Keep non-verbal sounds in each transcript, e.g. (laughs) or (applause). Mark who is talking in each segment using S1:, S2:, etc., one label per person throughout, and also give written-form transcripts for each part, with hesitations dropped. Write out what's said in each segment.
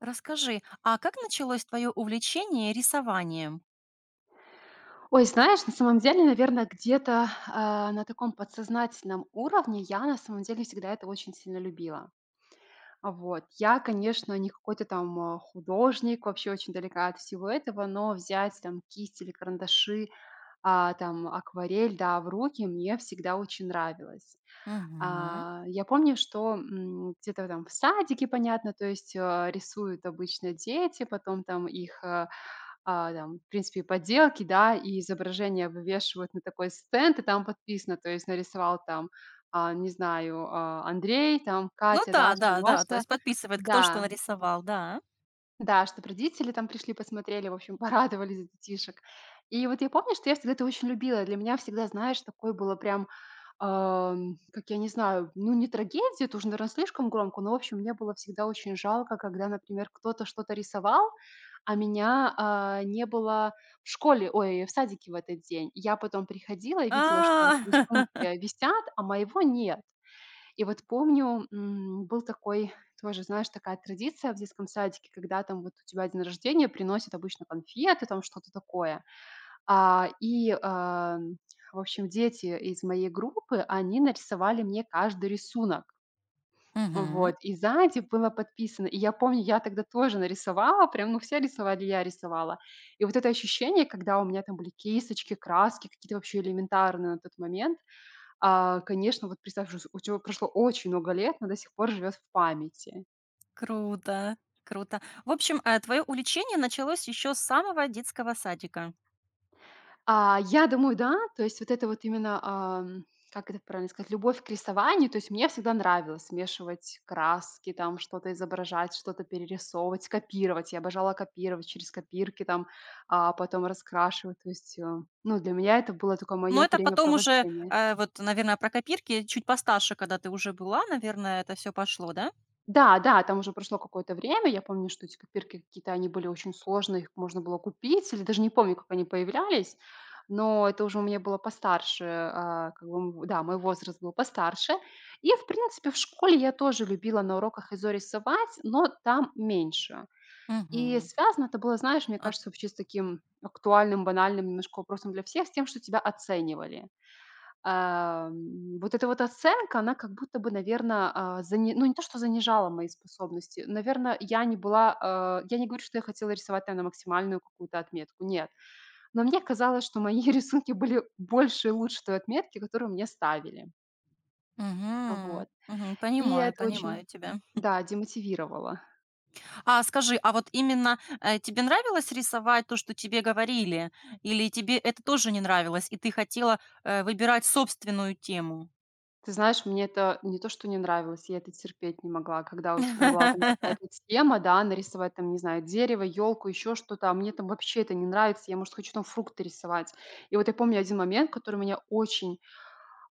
S1: Расскажи, а как началось твое увлечение рисованием?
S2: Ой, знаешь, на самом деле, наверное, где-то, на таком подсознательном уровне я на самом деле всегда это очень сильно любила. Вот. Я, конечно, не какой-то там, художник, вообще очень далека от всего этого, но взять там кисть или карандаши, там акварель, да, в руки мне всегда очень нравилось.
S1: Мгм.
S2: Я помню, что, где-то там в садике, понятно, то есть, рисуют обычно дети, потом там их, там, в принципе, и поделки, да, и изображения вывешивают на такой стенд, и там подписано, то есть нарисовал там, не знаю, Андрей, там
S1: Ну
S2: Катя,
S1: да,
S2: Даша,
S1: да, да, то
S2: Маша.
S1: есть подписывает, кто что
S2: Да.
S1: нарисовал, да.
S2: Да, чтоб родители там пришли, посмотрели, в общем, (laughs) порадовались за детишек. И вот я помню, что я всегда это очень любила. Для меня всегда, знаешь, такое было прям, как я не знаю, ну, не трагедия, это уже, наверное, слишком громко, но, в общем, мне было всегда очень жалко, когда, например, кто-то что-то рисовал, а меня не было в школе, ой, в садике в этот день. Я потом приходила и
S1: А,
S2: видела, что вот рисунки
S1: (laughs)
S2: висят, а моего нет. И вот помню, был такой тоже, знаешь, такая традиция в детском садике, когда там вот у тебя день рождения, приносят обычно конфеты, там что-то такое. А, и, ам, в общем, дети из моей группы, они нарисовали мне каждый рисунок.
S1: Мгм.
S2: Вот, и сзади было подписано. И я помню, я тогда тоже нарисовала, прям, ну, все рисовали, я рисовала. И вот это ощущение, когда у меня там были кисточки, краски, какие-то вообще элементарные на тот момент, конечно, вот представь, уже у тебя прошло очень много лет, но до сих пор живет в памяти.
S1: Круто, круто. В общем, твое увлечение началось еще с самого детского садика.
S2: Я думаю, да. То есть вот это вот именно, как это правильно сказать, любовь к рисованию. То есть мне всегда нравилось смешивать краски, там что-то изображать, что-то перерисовывать, копировать. Я обожала копировать через копирки, там, а потом раскрашивать. То есть, ну, для меня это было только
S1: Но
S2: мое
S1: это потом уже,
S2: времяпровождение.
S1: вот, наверное, про копирки чуть постарше, когда ты уже была, наверное, это все пошло, да?
S2: Да, да, там уже прошло какое-то время. Я помню, что эти копирки какие-то, они были очень сложные, их можно было купить, или даже не помню, как они появлялись. Но это уже у меня было постарше, как бы, да, мой возраст был постарше. И, в принципе, в школе я тоже любила на уроках изо рисовать, но там меньше. И
S1: Мгм.
S2: связано это было, знаешь, мне
S1: А,
S2: кажется, вообще с таким актуальным, банальным немножко вопросом для всех, с тем, что тебя оценивали. Вот эта вот оценка, она как будто бы, наверное, ну, не то, что занижала мои способности. Наверное, я не была, я не говорю, что я хотела рисовать там на максимальную какую-то отметку, нет. Но мне казалось, что мои (laughs) рисунки были больше и лучше той отметки, которую мне ставили.
S1: мгм.
S2: Вот.
S1: Мгм,
S2: И
S1: понимаю,
S2: это очень,
S1: понимаю тебя.
S2: да, демотивировало.
S1: А скажи, а вот именно, тебе нравилось рисовать то, что тебе говорили, или тебе это тоже не нравилось, и ты хотела, выбирать собственную тему?
S2: Ты знаешь, мне это не то, что не нравилось, я это терпеть не могла, когда у тебя была там
S1: (laughs)
S2: какая-то тема, да, нарисовать там, не знаю, дерево, елку, еще что-то, а мне там вообще это не нравится, я, может, хочу там фрукты рисовать. И вот я помню один момент, который меня очень,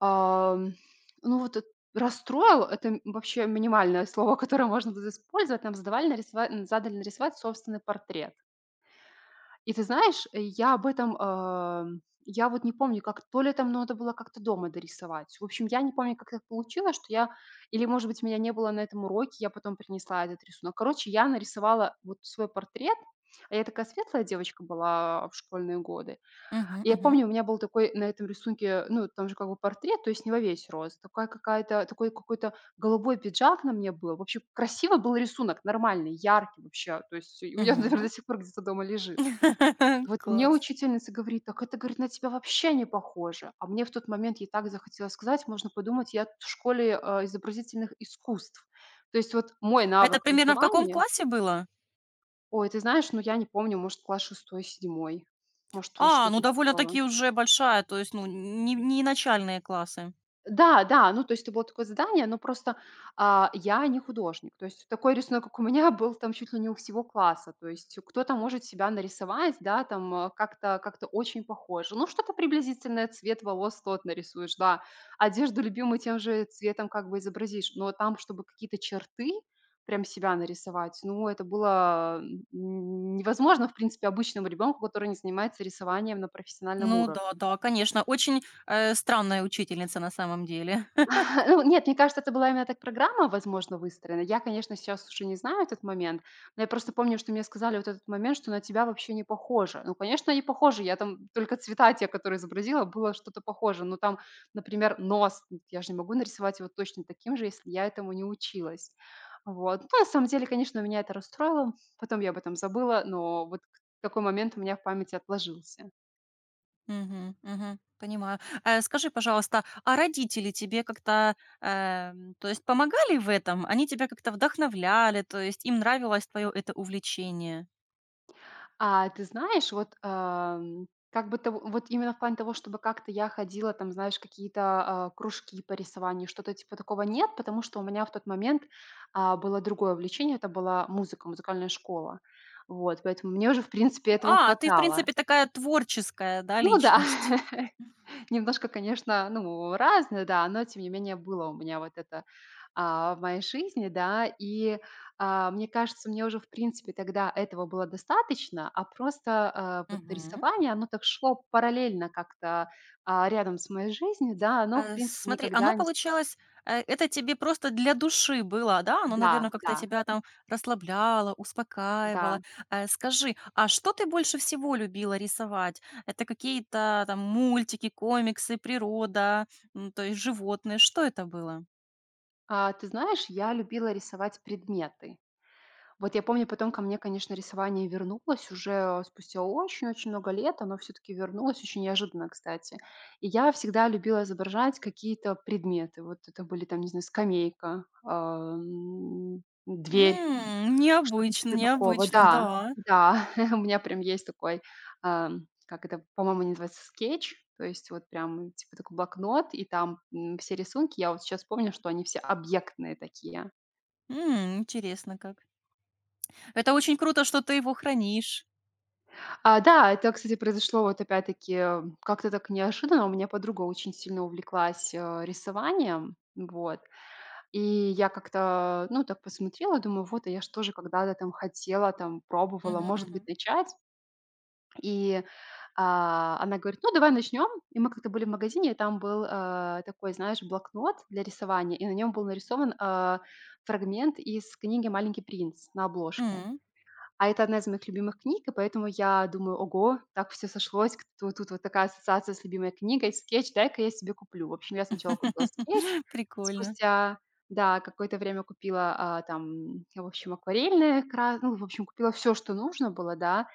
S2: ам, ну вот, расстроил, это вообще минимальное слово, (laughs) которое можно тут использовать, нам задавали нарисовать, задали нарисовать собственный портрет. И ты знаешь, я об этом, я вот не помню, как то ли там надо было как-то дома дорисовать. В общем, я не помню, как так получилось, что я или, может быть, меня не было на этом уроке, я потом принесла этот рисунок. Короче, я нарисовала вот свой портрет, а я такая светлая девочка была в школьные годы.
S1: Мгм,
S2: И я
S1: мгм,
S2: помню, у меня был такой на этом рисунке, ну, там же как бы портрет, то есть не во весь рост, такая какая-то, такой какой-то голубой пиджак на мне был. В общем, красивый был рисунок, нормальный, яркий вообще. То есть у меня, (laughs) наверное,
S1: мгм.
S2: до сих пор где-то дома лежит. Вот
S1: (laughs)
S2: мне
S1: Класс.
S2: учительница говорит: "Так это, говорит, на тебя вообще не похоже". А мне в тот момент ей так захотелось сказать: "Можно подумать, я в школе, изобразительных искусств". То есть вот мой навык
S1: Это примерно в каком
S2: рисования
S1: классе было?
S2: ой, ты знаешь, ну, я не помню, может, класс шестой, седьмой, может, вот
S1: А,
S2: что-то
S1: ну
S2: типа.
S1: довольно-таки уже большая, то есть, ну, не начальные классы.
S2: Да, да, ну, то есть это было такое задание, но просто, я не художник. То есть такой рисунок, как у меня, (laughs) был там чуть ли не у всего класса. То есть кто-то может себя нарисовать, да, там, как-то очень похоже. Ну, что-то приблизительное, цвет волос тот нарисуешь, да. Одежду любимую тем же цветом как бы изобразишь. Но там, чтобы какие-то черты прям себя нарисовать, ну, это было, невозможно, в принципе, обычному ребенку, который не занимается рисованием на профессиональном
S1: Ну
S2: уровне.
S1: да, да, конечно, очень, странная учительница на самом деле.
S2: (laughs) Ну, нет, мне кажется, это была именно так программа, возможно, выстроена. Я, конечно, сейчас уже не знаю этот момент, но я просто помню, что мне сказали вот этот момент, что на тебя вообще не похоже. Ну, конечно, не похоже. Я там только цвета те, которые изобразила, было что-то похоже. Ну, там, например, нос. Я же не могу нарисовать его точно таким же, если я этому не училась. Вот. Ну, на самом деле, конечно, меня это расстроило. Потом я об этом забыла, но вот такой момент у меня в памяти отложился.
S1: Мгм, мгм. Понимаю. Скажи, пожалуйста, а родители тебе как-то, то есть помогали в этом? Они тебя как-то вдохновляли, то есть им нравилось твое это увлечение?
S2: А ты знаешь, вот, как бы того вот именно в плане того, чтобы как-то я ходила там, знаешь, какие-то, кружки по рисованию, что-то типа такого нет, потому что у меня в тот момент, было другое увлечение, это была музыка, музыкальная школа. Вот, поэтому мне уже, в принципе, этого
S1: А, ты, в
S2: хватало.
S1: принципе, такая творческая, да,
S2: Ну да.
S1: личность.
S2: (laughs) Немножко, конечно, ну, разное, да, но тем не менее было у меня вот это в моей жизни, да, и мне кажется, мне уже, в принципе, тогда этого было достаточно, а просто вот
S1: Мгм.
S2: рисование, оно так шло параллельно как-то рядом с моей жизнью, да, оно, в принципе,
S1: Смотри,
S2: никогда
S1: оно
S2: не...
S1: получалось, это тебе просто для души было, да? Оно,
S2: Да,
S1: наверное,
S2: да,
S1: как-то тебя там расслабляло,
S2: да.
S1: успокаивало. Скажи, а что ты больше всего любила рисовать? Это какие-то там мультики, комиксы, природа, м, то есть животные? Что это было?
S2: Ты знаешь, я любила рисовать предметы. Вот я помню, потом ко мне, конечно, рисование вернулось уже спустя очень-очень много лет. Оно все-таки вернулось очень неожиданно, кстати. И я всегда любила изображать какие-то предметы. Вот это были там, не знаю, скамейка, дверь,
S1: М,
S2: что-то
S1: необычно,
S2: типа такого.
S1: необычно,
S2: Да,
S1: да.
S2: да, (laughs) у меня прям есть такой, как это, по-моему, не называется, скетч. То есть вот прям типа такой блокнот, и там все рисунки, я вот сейчас помню, что они все объектные такие.
S1: М, интересно как. Это очень круто, что ты его хранишь.
S2: Да, это, кстати, произошло вот опять-таки, как-то так неожиданно. У меня подруга очень сильно увлеклась, рисованием, вот. И я как-то, ну, так посмотрела, думаю, вот, а я ж тоже когда-то там хотела, там пробовала,
S1: Мгм,
S2: может быть,
S1: мгм.
S2: начать. И она говорит: "Ну, давай начнем". И мы как-то были в магазине, и там был, такой, знаешь, блокнот для рисования, и на нем был нарисован, фрагмент из книги "Маленький принц" на обложке.
S1: М.
S2: А это одна из моих любимых книг, и поэтому я думаю: "Ого, так все сошлось, к тут вот такая ассоциация с любимой книгой, скетч, дай-ка я себе куплю". В общем, я сначала купила скетч,
S1: (laughs) Прикольно.
S2: спустя, да, какое-то время купила, там, в общем, акварельные кра ну, в общем, купила все, что нужно было, да,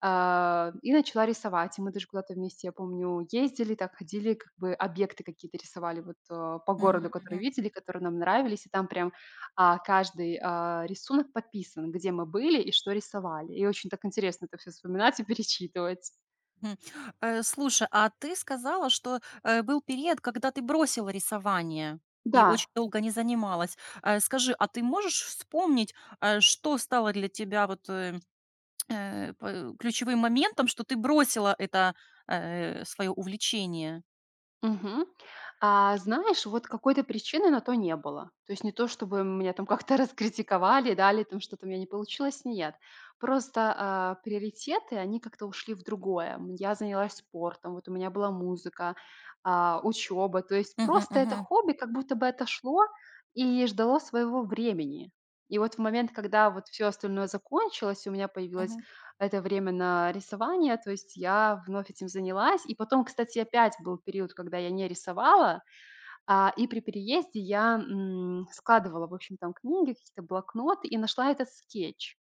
S2: и начала рисовать. И мы даже куда-то вместе, я помню, ездили, так ходили, как бы объекты какие-то рисовали вот, по городу,
S1: Мгм,
S2: которые
S1: мгм.
S2: видели, которые нам нравились. И там прям каждый, рисунок подписан, где мы были и что рисовали. И очень так интересно это все вспоминать и перечитывать.
S1: Мгм. Слушай, а ты сказала, что, был период, когда ты бросила рисование и
S2: Да.
S1: очень долго не занималась. Скажи, а ты можешь вспомнить, что стало для тебя вот, э, э, п ключевым моментом, что ты бросила это, свое увлечение?
S2: Мгм. Знаешь, вот какой-то причины на то не было. То есть не то, чтобы меня там как-то (laughs) раскритиковали, да, или там что-то у меня не получилось, нет. Просто, приоритеты, они как-то ушли в другое. Я занялась спортом, вот у меня была музыка, учёба. То есть
S1: Мгм,
S2: просто это
S1: мгм,
S2: хобби как будто бы отошло и ждало своего времени. И вот в момент, когда вот все остальное закончилось, и у меня появилось
S1: мгм.
S2: это время на рисование, то есть я вновь этим занялась. И потом, кстати, опять был период, когда я не рисовала, и при переезде я, складывала, в общем, там книги, какие-то блокноты и нашла этот скетч.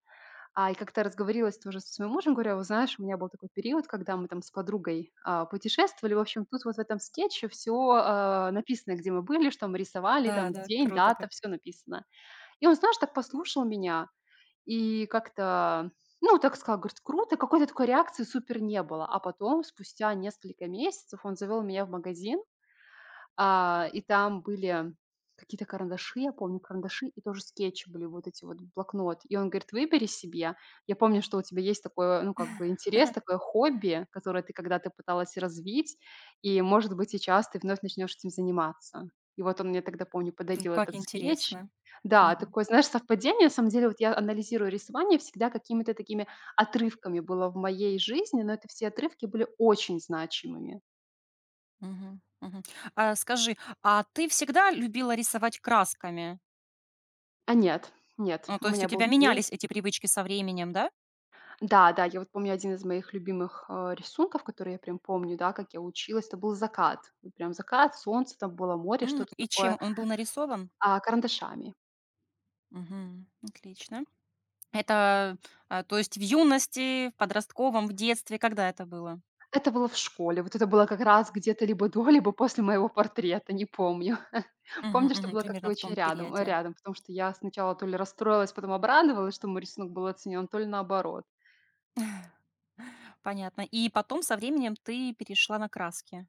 S2: И как-то разговорилась тоже со своим мужем, говорю: "Вот знаешь, у меня был такой период, когда мы там с подругой, путешествовали. В общем, тут вот в этом скетче все написано, где мы были, что мы рисовали,
S1: Да,
S2: там
S1: да,
S2: день,
S1: круто
S2: дата,
S1: как.
S2: все написано". И он, знаешь, так послушал меня и как-то, ну, так сказал, говорит: "Круто". Какой-то такой реакции супер не было. А потом, спустя несколько месяцев, он завел меня в магазин. И там были какие-то карандаши, я помню, карандаши и тоже скетчи были, вот эти вот, блокнот. И он говорит: "Выбери себе. Я помню, что у тебя есть такое, ну, как бы интерес, такое хобби, которое ты когда-то пыталась развить, и, может быть, сейчас ты вновь начнешь этим заниматься". И вот он мне тогда, помню,
S1: Ну,
S2: подарил
S1: как
S2: этот скетч.
S1: интересно.
S2: Да,
S1: Мгм.
S2: такое, знаешь, совпадение. На самом деле, вот я анализирую рисование, всегда какими-то такими отрывками было в моей жизни, но это все отрывки были очень значимыми.
S1: Мгм, мгм. А скажи, а ты всегда любила рисовать красками?
S2: А нет, нет,
S1: Ну,
S2: у
S1: то есть у
S2: меня был
S1: тебя
S2: период.
S1: менялись эти привычки со временем, да?
S2: Да, да, я вот помню один из моих любимых, рисунков, который я прям помню, да, как я училась, это был закат. Вот прям закат, солнце, там было море,
S1: М,
S2: что-то
S1: и
S2: такое,
S1: чем он был нарисован?
S2: карандашами.
S1: Мгм. Отлично. Это, то есть в юности, в подростковом, в детстве, когда это было?
S2: Это было в школе, вот это было как раз где-то либо до, либо после моего портрета, не помню. (laughs)
S1: Мгм,
S2: Помню, что
S1: мгм.
S2: было как-то
S1: Примерно в
S2: очень
S1: том
S2: рядом, э,
S1: периоде.
S2: рядом, потому что я сначала то ли расстроилась, потом обрадовалась, что мой рисунок был оценен, то ли наоборот.
S1: Понятно. И потом со временем ты перешла на краски.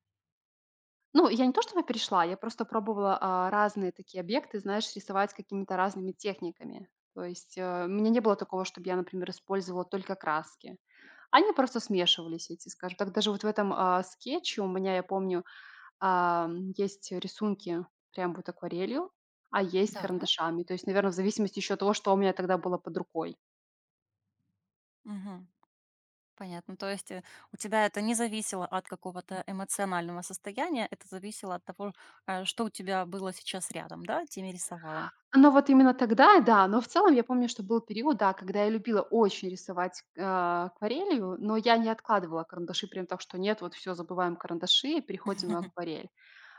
S2: Ну, я не то чтобы перешла, я просто пробовала, разные такие объекты, знаешь, рисовать какими-то разными техниками. То есть, у меня не было такого, чтобы я, например, использовала только краски. Они просто смешивались эти, скажем так. Даже вот в этом, скетче у меня, я помню, есть рисунки прям вот акварелью, а есть
S1: Да.
S2: карандашами. То есть, наверное, в зависимости еще от того, что у меня тогда было под рукой.
S1: Мгм. Понятно. То есть, у тебя это не зависело от какого-то эмоционального состояния, это зависело от того, что у тебя было сейчас рядом, да? Теми рисовала.
S2: Но вот именно тогда, да. Но в целом я помню, что был период, да, когда я любила очень рисовать, акварелью, но я не откладывала карандаши прям так, что нет, вот все забываем карандаши и переходим на
S1: Мгм, (laughs)
S2: акварель.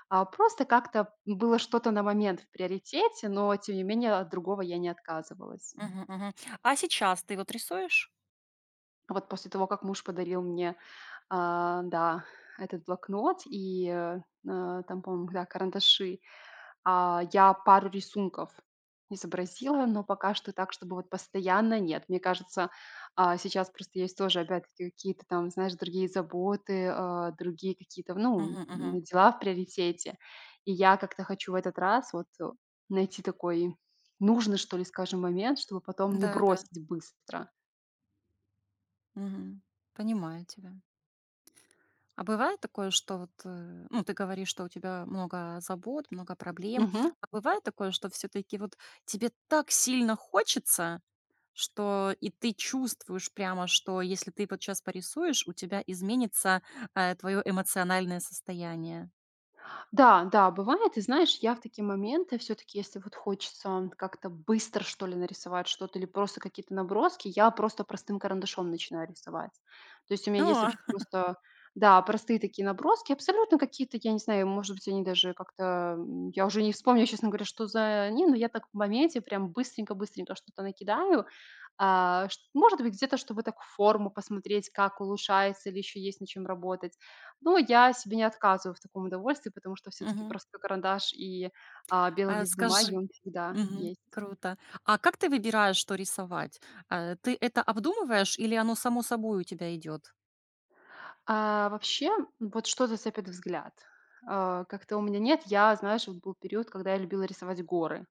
S2: А, просто как-то было что-то на момент в приоритете, но тем не менее от другого я не отказывалась.
S1: мгм. Мгм. А сейчас ты вот рисуешь?
S2: А вот после того, как муж подарил мне, а, да, этот блокнот и, там, по-моему, да, карандаши, а, я пару рисунков изобразила, но пока что так, чтобы вот постоянно нет. Мне кажется, сейчас просто есть тоже опять-таки какие-то там, знаешь, другие заботы, другие какие-то, ну,
S1: Мгм, мгм.
S2: дела в приоритете. И я как-то хочу в этот раз вот, найти такой нужный, что ли, скажем, момент, чтобы потом не
S1: Да, да.
S2: бросить быстро.
S1: Мгм. Понимаю тебя. А бывает такое, что вот, ну, ты говоришь, что у тебя много забот, много проблем.
S2: Мгм.
S1: А бывает такое, что все-таки вот тебе так сильно хочется, что и ты чувствуешь прямо, что если ты вот сейчас порисуешь, у тебя изменится твое эмоциональное состояние.
S2: Да, да, бывает. И знаешь, я в такие моменты все-таки, если вот хочется как-то быстро, что ли, нарисовать что-то или просто какие-то наброски, я просто простым карандашом начинаю рисовать. То есть у меня есть
S1: О,
S2: вообще просто, да, простые такие наброски, абсолютно какие-то, я не знаю, может быть, они даже как-то, я уже не вспомню, честно говоря, что за они, но я так в моменте прям быстренько-быстренько что-то накидаю. Может быть, где-то, чтобы так форму посмотреть, как улучшается или еще есть над чем работать, но я себе не отказываю в таком удовольствии, потому что все таки
S1: мгм.
S2: простой карандаш и, белый
S1: А
S2: лист бумаги,
S1: скажи,
S2: он всегда
S1: мгм,
S2: есть.
S1: круто. А как ты выбираешь, что рисовать? А, ты это обдумываешь или оно само собой у тебя идет?
S2: А вообще, вот что зацепит взгляд? А, как-то у меня нет. Я, знаешь, вот был период, когда я любила рисовать горы.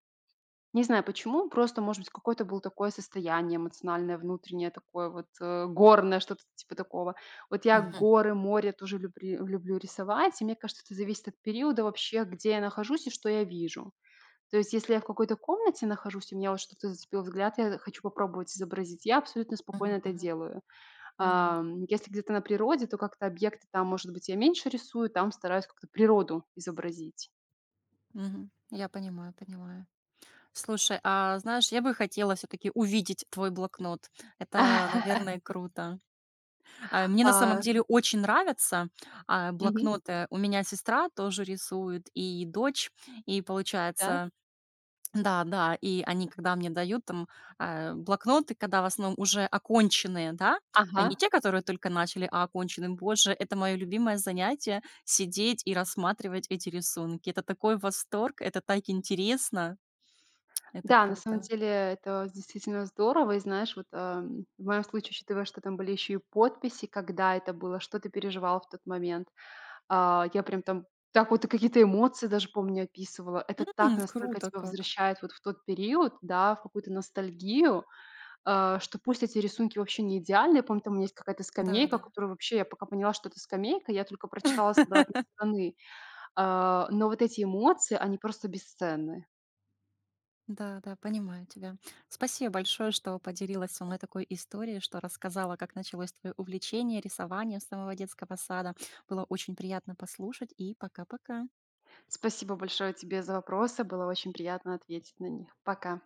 S2: Не знаю почему, просто, может быть, какое-то было такое состояние эмоциональное, внутреннее такое вот, горное, что-то типа такого. Вот я
S1: Мгм,
S2: горы, море тоже любри люблю рисовать, и мне кажется, это зависит от периода вообще, где я нахожусь и что я вижу. То есть если я в какой-то комнате нахожусь, и меня вот что-то зацепило взгляд, я хочу попробовать изобразить, я абсолютно спокойно
S1: мгм,
S2: это
S1: мгм.
S2: делаю.
S1: Понимаю.
S2: Ам, если где-то на природе, то как-то объекты там, может быть, я меньше рисую, там стараюсь как-то природу изобразить.
S1: Мгм. Я понимаю, понимаю. Слушай, а знаешь, я бы хотела все-таки увидеть твой блокнот. Это,
S2: (laughs)
S1: наверное, круто. А, мне на
S2: А,
S1: самом деле очень нравятся
S2: мгм,
S1: блокноты. У меня сестра тоже рисует, и дочь, и
S2: да,
S1: получается, да, да, и они, когда мне дают там, блокноты, когда в основном уже оконченные, да, а
S2: ага.
S1: не те, которые только начали, а оконченные. Боже, это мое любимое занятие - сидеть и рассматривать эти рисунки. Это такой восторг, это так интересно, это
S2: Да, на самом
S1: круто.
S2: деле это действительно здорово. И знаешь, вот, в моем случае, учитывая, что там были еще и подписи, когда это было, что ты переживал в тот момент. А, я прям там так вот и какие-то эмоции даже, помню, описывала. Это так
S1: М,
S2: настолько
S1: круто
S2: тебя
S1: как.
S2: возвращает вот в тот период, да, в какую-то ностальгию, а, что пусть эти рисунки вообще не идеальные. Помню, там у меня есть какая-то
S1: Да,
S2: скамейка,
S1: да.
S2: которую вообще я пока поняла, что это скамейка, я только прочитала с обратной
S1: (laughs)
S2: стороны. А, но вот эти эмоции, они просто бесценны.
S1: Да, да, понимаю тебя. Спасибо большое, что поделилась со мной такой историей, что рассказала, как началось твое увлечение рисованием с самого детского сада. Было очень приятно послушать, и пока-пока.
S2: Спасибо большое тебе за вопросы, было очень приятно ответить на них. Пока.